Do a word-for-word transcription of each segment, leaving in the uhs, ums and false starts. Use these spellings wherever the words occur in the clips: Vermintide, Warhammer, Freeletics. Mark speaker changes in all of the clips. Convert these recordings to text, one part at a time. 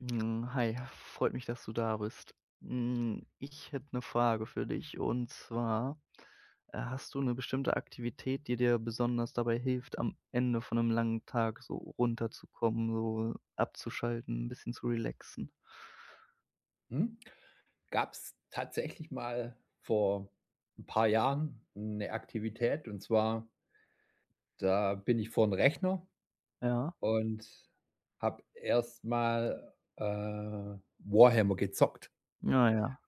Speaker 1: Hm, hi, freut mich, dass du da bist. Hm, ich hätte eine Frage für dich und zwar, äh, hast du eine bestimmte Aktivität, die dir besonders dabei hilft, am Ende von einem langen Tag so runterzukommen, so abzuschalten, ein bisschen zu relaxen?
Speaker 2: Hm, Gab es tatsächlich mal vor ein paar Jahren eine Aktivität und zwar, da bin ich vor 'n Rechner
Speaker 1: Ja,
Speaker 2: und habe erst mal, äh, Warhammer gezockt.
Speaker 1: ja, ja.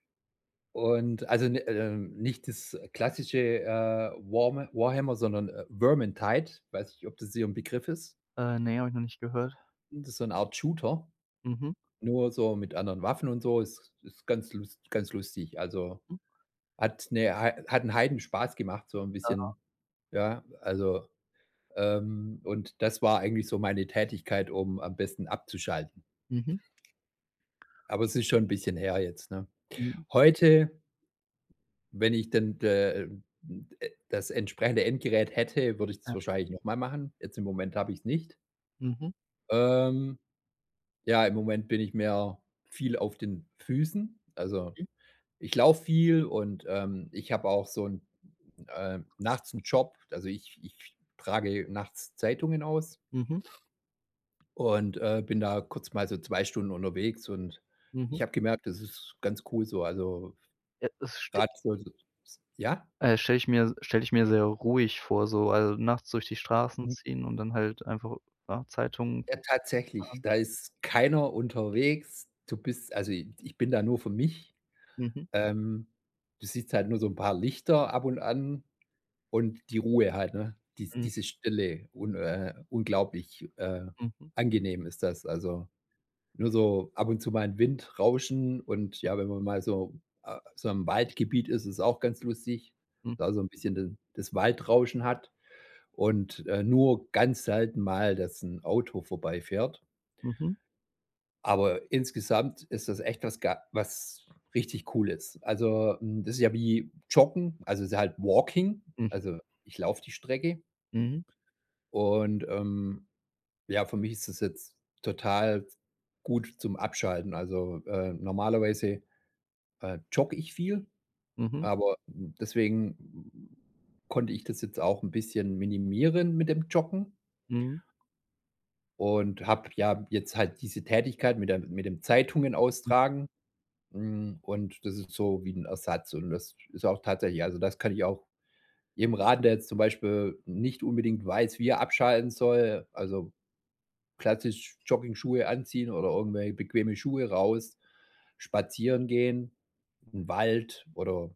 Speaker 2: Und also, ne, ähm, nicht das klassische, äh, Warme Warhammer, sondern, äh, Vermintide. Weiß nicht, ob das dir 'n Begriff ist.
Speaker 1: Äh, ne, habe ich noch nicht gehört.
Speaker 2: Das ist so 'ne Art Shooter,
Speaker 1: Mhm,
Speaker 2: nur so mit anderen Waffen und so. Ist ist ganz lus ganz lustig. Also,
Speaker 1: mhm,
Speaker 2: Hat 'ne hat einen heiden Spaß gemacht, so ein bisschen, ja, also, ähm, und das war eigentlich so meine Tätigkeit, um am besten abzuschalten.
Speaker 1: mhm,
Speaker 2: Aber es ist schon ein bisschen her jetzt, ne?
Speaker 1: mhm,
Speaker 2: Heute, wenn ich denn äh, äh, das entsprechende Endgerät hätte, würde ich
Speaker 1: ja,
Speaker 2: es wahrscheinlich noch mal machen. Jetzt im Moment habe ich es nicht.
Speaker 1: mhm,
Speaker 2: Ähm, ja, im Moment bin ich mehr viel auf den Füßen, also Ich laufe viel und, ähm, ich habe auch so 'n, äh, nachts einen Job. Also, ich ich trage nachts Zeitungen aus
Speaker 1: mhm,
Speaker 2: und, äh, bin da kurz mal so zwei Stunden unterwegs und
Speaker 1: mhm.
Speaker 2: ich habe gemerkt, das ist ganz cool so. Also,
Speaker 1: Ja, es
Speaker 2: grad so so, ja?
Speaker 1: Äh, stelle ich mir stelle ich mir sehr ruhig vor, so, also, nachts durch die Straßen
Speaker 2: Mhm.
Speaker 1: ziehen und dann halt einfach, ja, Zeitungen
Speaker 2: Ja, tatsächlich,
Speaker 1: fahren.
Speaker 2: da ist keiner unterwegs. Du bist also, i ich bin da nur für mich.
Speaker 1: Mhm,
Speaker 2: Ähm, du siehst halt nur so ein paar Lichter ab und an. Und die Ruhe halt, ne? Dies
Speaker 1: mhm,
Speaker 2: diese Stille, un äh, unglaublich, äh,
Speaker 1: mhm,
Speaker 2: angenehm ist das. Also, nur so ab und zu mal 'n Windrauschen und ja, wenn man mal so, äh, so im Waldgebiet ist, ist auch ganz lustig,
Speaker 1: mhm,
Speaker 2: da so 'n bisschen den das Waldrauschen hat und, äh, nur ganz selten mal, dass 'n Auto vorbeifährt.
Speaker 1: mhm,
Speaker 2: Aber insgesamt ist das echt was ga was richtig Cooles. Also, hm, das ist ja wie Joggen, also, ist halt Walking,
Speaker 1: mhm, mhm,
Speaker 2: also, ich laufe die Strecke. Und, ähm, ja, für mich ist das jetzt total gut zum Abschalten. Also, äh, normalerweise, äh, jogge ich viel,
Speaker 1: mhm,
Speaker 2: aber deswegen konnte ich das jetzt auch ein bisschen minimieren mit dem Joggen
Speaker 1: mhm,
Speaker 2: und habe, ja, jetzt halt diese Tätigkeit mit der mit dem Zeitungen
Speaker 1: mhm,
Speaker 2: austragen, hm, und das ist so wie ein Ersatz und das ist auch tatsächlich also, das kann ich auch jedem raten, der jetzt zum Beispiel nicht unbedingt weiß, wie er abschalten soll. Also, klassisch Jogging-Schuhe anziehen oder irgendwelche bequeme Schuhe raus, spazieren gehen, im Wald oder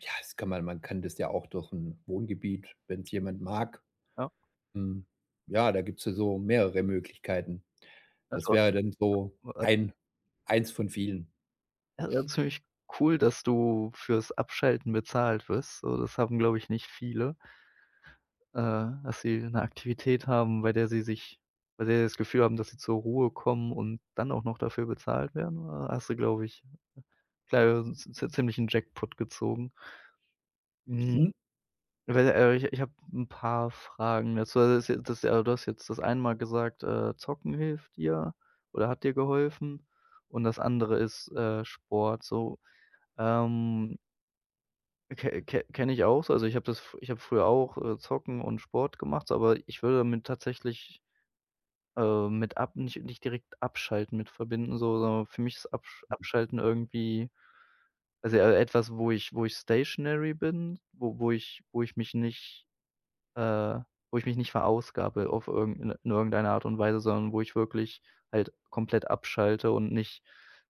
Speaker 2: ja, das kann man man kann das ja auch durch ein Wohngebiet, wenn es jemand mag.
Speaker 1: ja.
Speaker 2: Hm, ja, da gibt's ja so mehrere Möglichkeiten. Das wäre dann so ein eins von vielen.
Speaker 1: Ja, das ist ziemlich cool, dass du fürs Abschalten bezahlt wirst. So, das haben, glaube ich, nicht viele, äh, dass sie 'ne Aktivität haben, bei der sie sich bei der sie das Gefühl haben, dass sie zur Ruhe kommen und dann auch noch dafür bezahlt werden. Da hast du, glaube ich, ziemlich 'n Jackpot gezogen. Mhm.
Speaker 2: Mhm.
Speaker 1: Weil, äh, ich ich habe 'n paar Fragen dazu. Also, das jetzt das ja du hast jetzt das eine Mal gesagt, äh, Zocken hilft dir oder hat dir geholfen und das andere ist, äh, Sport so. Ähm, ke ke kenne ich auch so. Also, ich habe das f ich habe früher auch, äh, Zocken und Sport gemacht, so, aber ich würde damit tatsächlich, äh, mit ab nicht nicht direkt abschalten mit verbinden, so, sondern für mich ist Absch Abschalten irgendwie also, äh, etwas, wo ich wo ich stationary bin, wo wo ich wo ich mich nicht äh, wo ich mich nicht verausgabe auf irgendeine in irgendeiner Art und Weise, sondern wo ich wirklich halt komplett abschalte und nicht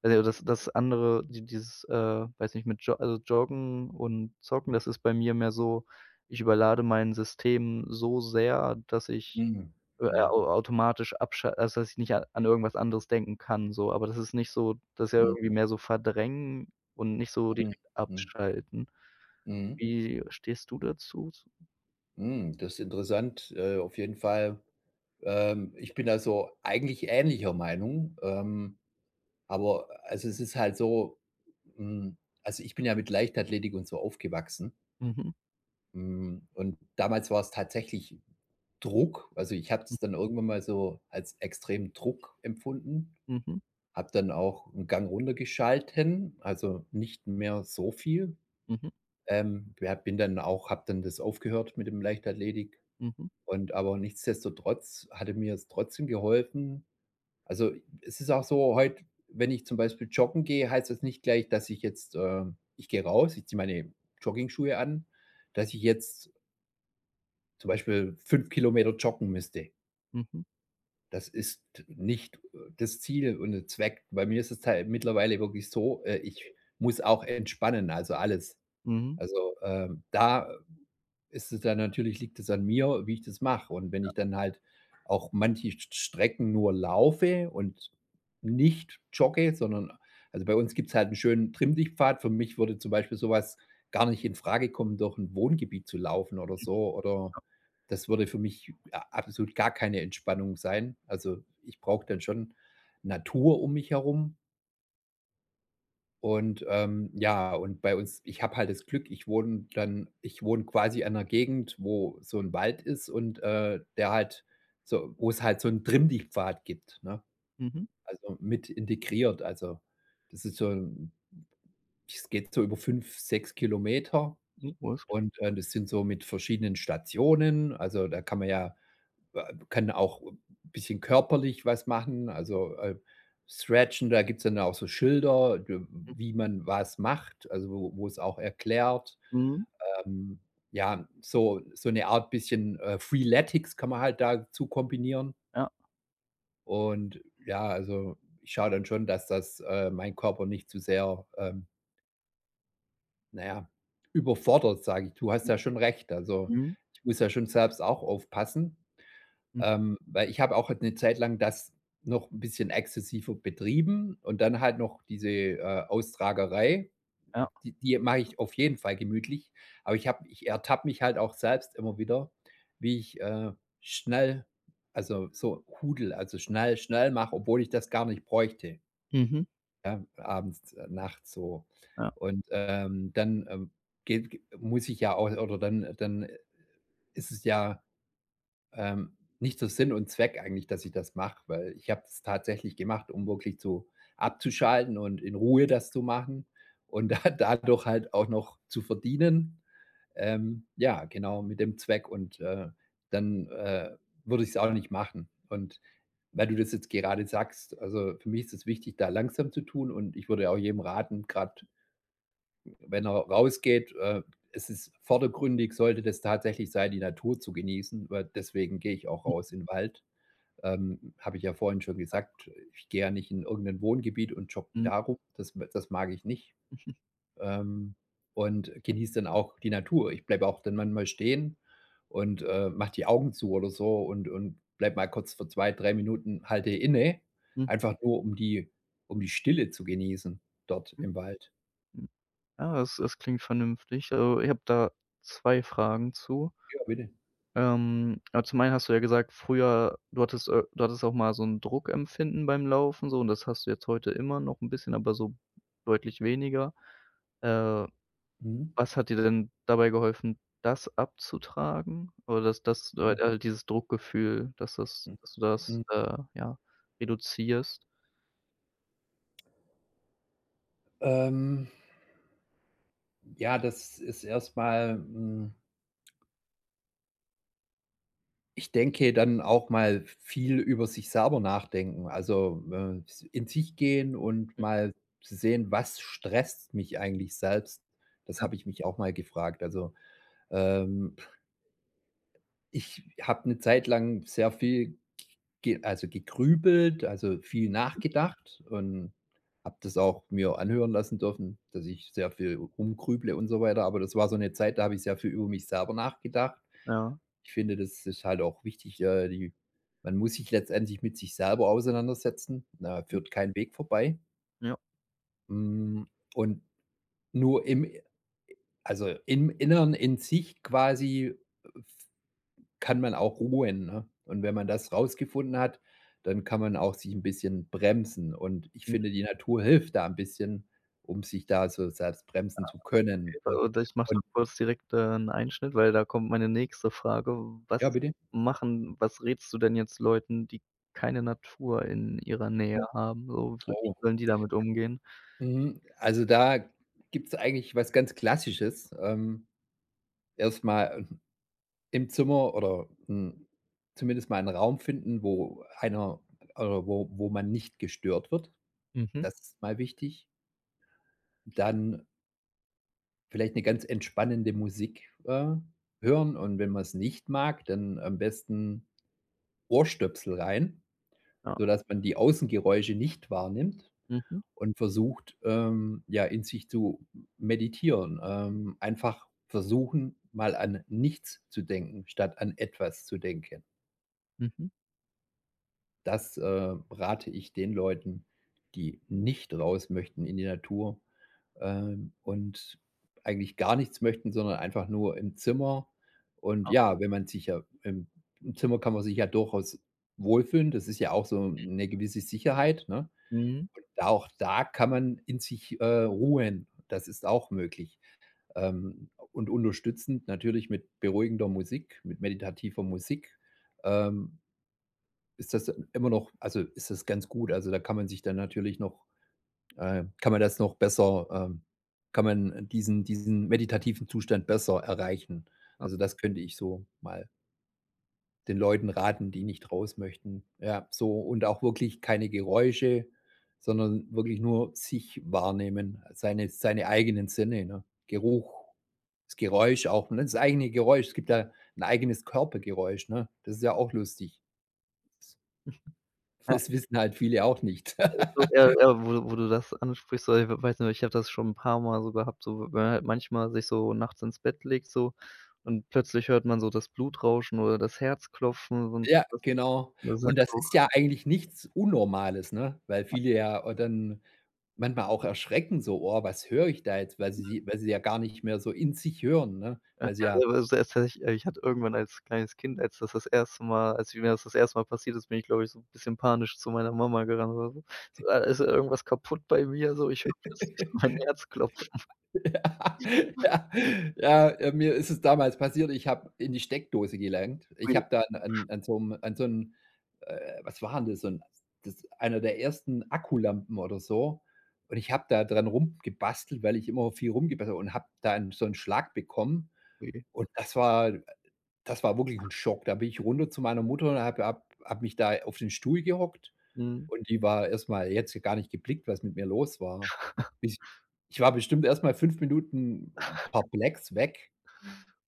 Speaker 1: also, das das andere, die dieses, äh, weiß nicht, mit Jo also, Joggen und Zocken, das ist bei mir mehr so, ich überlade mein System so sehr, dass ich,
Speaker 2: Mhm.
Speaker 1: äh,
Speaker 2: Mhm.
Speaker 1: au automatisch abschalte, also, dass ich nicht a an irgendwas anderes denken kann so, aber das ist nicht so das ist ja
Speaker 2: Mhm.
Speaker 1: irgendwie mehr so verdrängen und nicht so
Speaker 2: Mhm.
Speaker 1: direkt
Speaker 2: Mhm.
Speaker 1: abschalten.
Speaker 2: Mhm.
Speaker 1: Wie stehst du dazu?
Speaker 2: Hm, das ist interessant, äh, auf jeden Fall. Ähm, ich bin da so eigentlich ähnlicher Meinung. Ähm Aber also, es ist halt so, hm also, ich bin ja mit Leichtathletik und so aufgewachsen.
Speaker 1: Mhm,
Speaker 2: Hm, und damals war es tatsächlich Druck. Also, ich habe
Speaker 1: mhm,
Speaker 2: das dann irgendwann mal so als extremen Druck empfunden,
Speaker 1: mhm,
Speaker 2: habe dann auch einen Gang runtergeschalten, also, nicht mehr so viel.
Speaker 1: mhm.
Speaker 2: Ähm, ja, bin dann auch habe dann das aufgehört mit dem Leichtathletik
Speaker 1: Mhm,
Speaker 2: und aber nichtsdestotrotz hatte mir es trotzdem geholfen. Also, es ist auch so heute, wenn ich zum Beispiel joggen gehe, heißt das nicht gleich, dass ich jetzt äh, ich gehe raus, ich ziehe meine Joggingschuhe an, dass ich jetzt zum Beispiel fünf Kilometer joggen müsste.
Speaker 1: mhm,
Speaker 2: Das ist nicht äh, das Ziel und der Zweck. Bei mir ist es halt mittlerweile wirklich so, äh, ich muss auch entspannen, also alles.
Speaker 1: mhm,
Speaker 2: Also, ähm, da ist es dann natürlich liegt es an mir, wie ich das mache. Und wenn ich dann halt auch manche S Strecken nur laufe und nicht jogge, sondern also bei uns gibt es halt einen schönen trimm Für mich würde zum Beispiel sowas gar nicht in Frage kommen, durch ein Wohngebiet zu laufen oder so, oder das würde für mich a absolut gar keine Entspannung sein. Also, ich brauche dann schon Natur um mich herum und, ähm, ja, und bei uns ich habe halt das Glück, ich wohne dann ich wohne quasi an einer Gegend, wo so ein Wald ist und, äh, der halt so wo es halt so 'n trimm dich gibt, ne?
Speaker 1: mhm,
Speaker 2: Also, mit integriert. Also, das ist so 'n das geht so über fünf sechs Kilometer
Speaker 1: mhm, Wurst.
Speaker 2: und, äh, das sind so mit verschiedenen Stationen. Also, da kann man ja äh, kann auch 'n bisschen körperlich was machen, also, äh, stretchen, da gibt's dann auch so Schilder, d wie man was macht, also wo wo es auch erklärt.
Speaker 1: Mhm,
Speaker 2: Ähm, ja, so so eine Art bisschen, äh, Freeletics kann man halt dazu kombinieren
Speaker 1: ja,
Speaker 2: und ja, also ich schaue dann schon, dass das, äh, mein Körper nicht zu sehr, ähm, na ja, überfordert, sage ich. Du hast ja schon recht, also
Speaker 1: mhm,
Speaker 2: ich muss ja schon selbst auch aufpassen.
Speaker 1: mhm,
Speaker 2: Ähm, weil ich habe auch halt eine Zeit lang das noch ein bisschen exzessiver betrieben und dann halt noch diese, äh, Austragerei.
Speaker 1: ja,
Speaker 2: Die die mache ich auf jeden Fall gemütlich, aber ich habe ich ertappe mich halt auch selbst immer wieder, wie ich, äh, schnell also, so hudle, also, schnell, schnell mache, obwohl ich das gar nicht bräuchte,
Speaker 1: mhm,
Speaker 2: ja, abends, äh, nachts so.
Speaker 1: ja,
Speaker 2: Und, ähm, dann, ähm, geht muss ich ja auch oder dann dann ist es ja ähm, nicht so Sinn und Zweck eigentlich, dass ich das mache, weil ich habe es tatsächlich gemacht, um wirklich zu abzuschalten und in Ruhe das zu machen und da dadurch halt auch noch zu verdienen. Ähm, ja, genau, mit dem Zweck und, äh, dann, äh, würde ich es auch nicht machen. Und weil du das jetzt gerade sagst, also, für mich ist es wichtig, da langsam zu tun und ich würde auch jedem raten, gerade wenn er rausgeht, äh, es ist vordergründig, sollte das tatsächlich sein, die Natur zu genießen, weil deswegen gehe ich auch raus in den Wald. Ähm, habe ich ja vorhin schon gesagt, ich gehe ja nicht in irgendein Wohngebiet und jogge
Speaker 1: mhm,
Speaker 2: darum. das das mag ich nicht, ähm, und genieße dann auch die Natur. Ich bleibe auch dann manchmal stehen und, äh, mache die Augen zu oder so und und bleibe mal kurz für zwei, drei Minuten halte inne,
Speaker 1: mhm,
Speaker 2: einfach nur um die um die Stille zu genießen dort
Speaker 1: mhm,
Speaker 2: im Wald.
Speaker 1: mhm. Ja, das das klingt vernünftig. Also, ich habe da zwei Fragen zu.
Speaker 2: Ja, bitte.
Speaker 1: Ähm, ja, zum einen hast du ja gesagt, früher du hattest, äh du hattest auch mal so ein Druckempfinden beim Laufen so und das hast du jetzt heute immer noch ein bisschen, aber so deutlich weniger. Äh,
Speaker 2: Mhm.
Speaker 1: was hat dir denn dabei geholfen, das abzutragen? Oder dass dass du
Speaker 2: Mhm.
Speaker 1: halt all dieses Druckgefühl, dass das
Speaker 2: Hm.
Speaker 1: dass du das,
Speaker 2: Hm.
Speaker 1: äh, ja, reduzierst?
Speaker 2: Ähm, ja, das ist erstmal. Mal hm, ich denke, dann auch mal viel über sich selber nachdenken. Also, äh, in sich gehen und mal zu sehen, was stresst mich eigentlich selbst? Das habe ich mich auch mal gefragt. Also, ähm ich habe eine Zeit lang sehr viel ge also, gegrübelt, also, viel nachgedacht und habe das auch mir anhören lassen dürfen, dass ich sehr viel rumgrüble und so weiter. Aber das war so eine Zeit, da habe ich sehr viel über mich selber nachgedacht.
Speaker 1: Ja,
Speaker 2: Ich finde, das ist halt auch wichtig, äh, die man muss sich letztendlich mit sich selber auseinandersetzen. Da führt kein Weg vorbei.
Speaker 1: ja.
Speaker 2: Hm, und nur im also, im Inneren in sich quasi kann man auch ruhen, ne? Und wenn man das rausgefunden hat, dann kann man auch sich ein bisschen bremsen. Und ich finde, die Natur hilft da ein bisschen, um sich da so selbst bremsen zu können, ne?
Speaker 1: Und ich mache da
Speaker 2: Und
Speaker 1: kurz direkt, äh, 'n Einschnitt, weil da kommt meine nächste Frage.
Speaker 2: ja,
Speaker 1: Was
Speaker 2: bitte?
Speaker 1: machen was rätst du denn jetzt Leuten, die keine Natur in ihrer Nähe
Speaker 2: Hm,
Speaker 1: haben? So, wie
Speaker 2: oh,
Speaker 1: sollen die damit umgehen?
Speaker 2: mhm, also, da gibt's eigentlich was ganz Klassisches. Ähm, erst im Zimmer oder, hm, zumindest mal einen Raum finden, wo einer oder wo wo man nicht gestört wird.
Speaker 1: Mhm.
Speaker 2: Das ist mal wichtig. Dann vielleicht eine ganz entspannende Musik, äh, hören und wenn man es nicht mag, dann am besten Ohrstöpsel rein,
Speaker 1: Ja.
Speaker 2: sodass man die Außengeräusche nicht wahrnimmt
Speaker 1: Mhm.
Speaker 2: und versucht, ähm, ja, in sich zu meditieren. Ähm, einfach versuchen, mal an nichts zu denken, statt an etwas zu denken.
Speaker 1: Mhm.
Speaker 2: Das, äh, rate ich den Leuten, die nicht raus möchten in die Natur, ähm, und eigentlich gar nichts möchten, sondern einfach nur im Zimmer. Und ja, wenn man sich ja im im Zimmer kann man sich ja durchaus wohlfühlen. Das ist ja auch so eine gewisse Sicherheit, ne?
Speaker 1: Mhm.
Speaker 2: Und auch da kann man in sich, äh, ruhen. Das ist auch möglich. Ähm, und unterstützend natürlich mit beruhigender Musik, mit meditativer Musik, ähm, ist das immer noch also, ist das ganz gut? Also, da kann man sich dann natürlich noch äh, kann man das noch besser ähm, kann man diesen diesen meditativen Zustand besser erreichen. Also, das könnte ich so mal den Leuten raten, die nicht raus möchten. Ja, so und auch wirklich keine Geräusche, sondern wirklich nur sich wahrnehmen, seine seine eigenen Sinne, ne? Geruch, das Geräusch auch, ne? Das eigene Geräusch. Es gibt ja ein eigenes Körpergeräusch, ne? Das ist ja auch lustig. Das wissen halt viele auch nicht.
Speaker 1: So, ja, ja, wo du wo du das ansprichst, so, ich weiß nicht, ich habe das schon 'n paar mal so gehabt, so wenn man halt manchmal sich so nachts ins Bett legt so und plötzlich hört man so das Blutrauschen oder das Herzklopfen und
Speaker 2: Ja, genau.
Speaker 1: das ist
Speaker 2: Und
Speaker 1: halt
Speaker 2: das
Speaker 1: auch
Speaker 2: ist ja eigentlich nichts Unnormales, ne? Weil viele ja, äh, dann manchmal auch erschrecken so: „Oh, was höre ich da jetzt?" Weil sie weil sie ja gar nicht mehr so in sich hören, ne?
Speaker 1: ja,
Speaker 2: Weil sie ja
Speaker 1: ja, also, das tatsächlich ich hatte irgendwann als kleines Kind, als das das erste Mal als mir das das erste Mal passiert ist, bin ich, glaube ich, so 'n bisschen panisch zu meiner Mama gerannt oder so. So: „Ah, ist irgendwas kaputt bei mir?“ So, ich höre plötzlich so mein Herz klopft.
Speaker 2: ja, ja, ja, äh, mir ist es damals passiert, ich habe in die Steckdose gelangt. Ich
Speaker 1: Ui,
Speaker 2: habe da an an an so 'm, an so 'n äh, was war 'n das? So ein, das einer der ersten Akkulampen oder so. Und ich habe da dran rumgebastelt, weil ich immer viel rumgebastelt habe und habe da 'n so einen Schlag bekommen.
Speaker 1: ui.
Speaker 2: Und das war das war wirklich 'n Schock. Da bin ich runter zu meiner Mutter und habe habe habe mich da auf den Stuhl gehockt
Speaker 1: Mhm,
Speaker 2: und die war erst mal die hat's gar nicht geblickt, was mit mir los war. Ich ich war bestimmt erst mal fünf Minuten perplex weg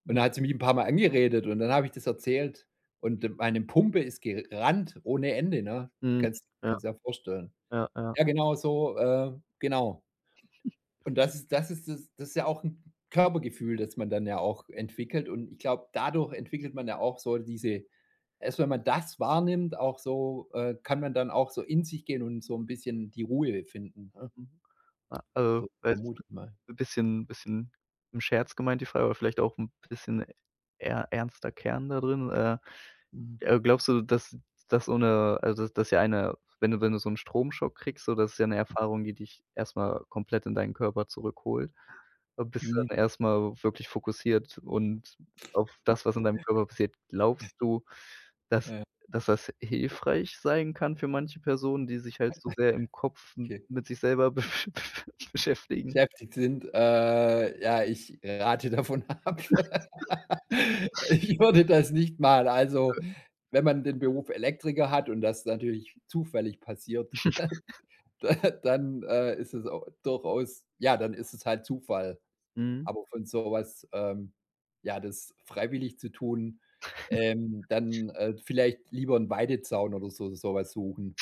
Speaker 2: und dann hat sie mich 'n paarmal angeredet und dann habe ich das erzählt und meine Pumpe ist gerannt ohne Ende, ne?
Speaker 1: mhm.
Speaker 2: Kannst
Speaker 1: Ja,
Speaker 2: kannst dir ja vorstellen.
Speaker 1: ja, ja.
Speaker 2: Ja, genau so, äh, genau. Und das ist das ist das das ist ja auch ein Körpergefühl, das man dann ja auch entwickelt. Und ich glaube, dadurch entwickelt man ja auch so diese erst wenn man das wahrnimmt, auch so äh, kann man dann auch so in sich gehen und so ein bisschen die Ruhe finden, ne?
Speaker 1: Mhm. Ah, also,
Speaker 2: So
Speaker 1: weiß
Speaker 2: vermute ich mal.
Speaker 1: bisschen bisschen im Scherz gemeint die Frage, aber vielleicht auch ein bisschen eher ernster Kern da drin. Äh,
Speaker 2: Mhm.
Speaker 1: äh, glaubst du, dass dass so eine, also, dass dass ja eine wenn du wenn du so einen Stromschock kriegst, so, das ist ja eine Erfahrung, die dich erstmal komplett in deinen Körper zurückholt, äh, bist
Speaker 2: Mhm.
Speaker 1: dann erst wirklich fokussiert und auf das, was in deinem Körper passiert. Glaubst du, dass
Speaker 2: Ja, ja,
Speaker 1: dass das hilfreich sein kann für manche Personen, die sich halt so sehr im Kopf m
Speaker 2: okay.
Speaker 1: mit sich selber beschäftigen
Speaker 2: Beschäftigt sind, äh, ja, ich rate davon ab. Ich würde das nicht mal. Also,
Speaker 1: können?
Speaker 2: wenn man den Beruf Elektriker hat und das natürlich zufällig passiert. Dann, äh, ist es au durchaus ja, dann ist es halt Zufall.
Speaker 1: Mhm.
Speaker 2: Aber von so was, ähm ja, das freiwillig zu tun, ähm, dann, äh, vielleicht lieber 'n Weidezaun oder so sowas suchen.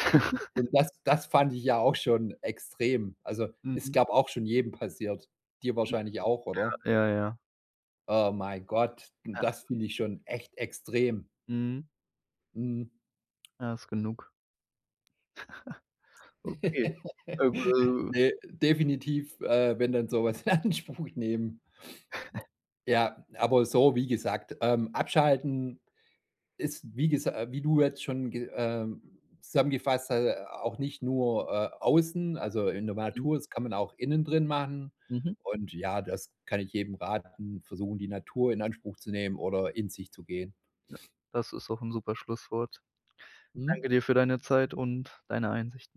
Speaker 2: Und das das fand ich ja auch schon extrem. Also, ist,
Speaker 1: Mhm.
Speaker 2: glaube auch schon jedem passiert. Dir wahrscheinlich auch, oder?
Speaker 1: Ja, ja.
Speaker 2: Oh mein Gott, das finde ich schon echt extrem.
Speaker 1: Mhm.
Speaker 2: Mhm.
Speaker 1: Ja, ist genug. Okay. Äh, äh,
Speaker 2: Ne, definitiv, äh, wenn dann so was in Anspruch nehmen. Ja, aber so, wie gesagt, ähm, abschalten ist, wie gesa äh, wie du jetzt schon ge ähm, zusammengefasst hast, äh, auch nicht nur, äh, außen, also in der
Speaker 1: mhm.
Speaker 2: Natur, das kann man auch innen drin machen.
Speaker 1: Mhm.
Speaker 2: Und ja, das kann ich jedem raten, versuchen, die Natur in Anspruch zu nehmen oder in sich zu gehen.
Speaker 1: Das ist auch 'n super Schlusswort. Danke
Speaker 2: Mhm.
Speaker 1: dir für deine Zeit und deine Einsicht.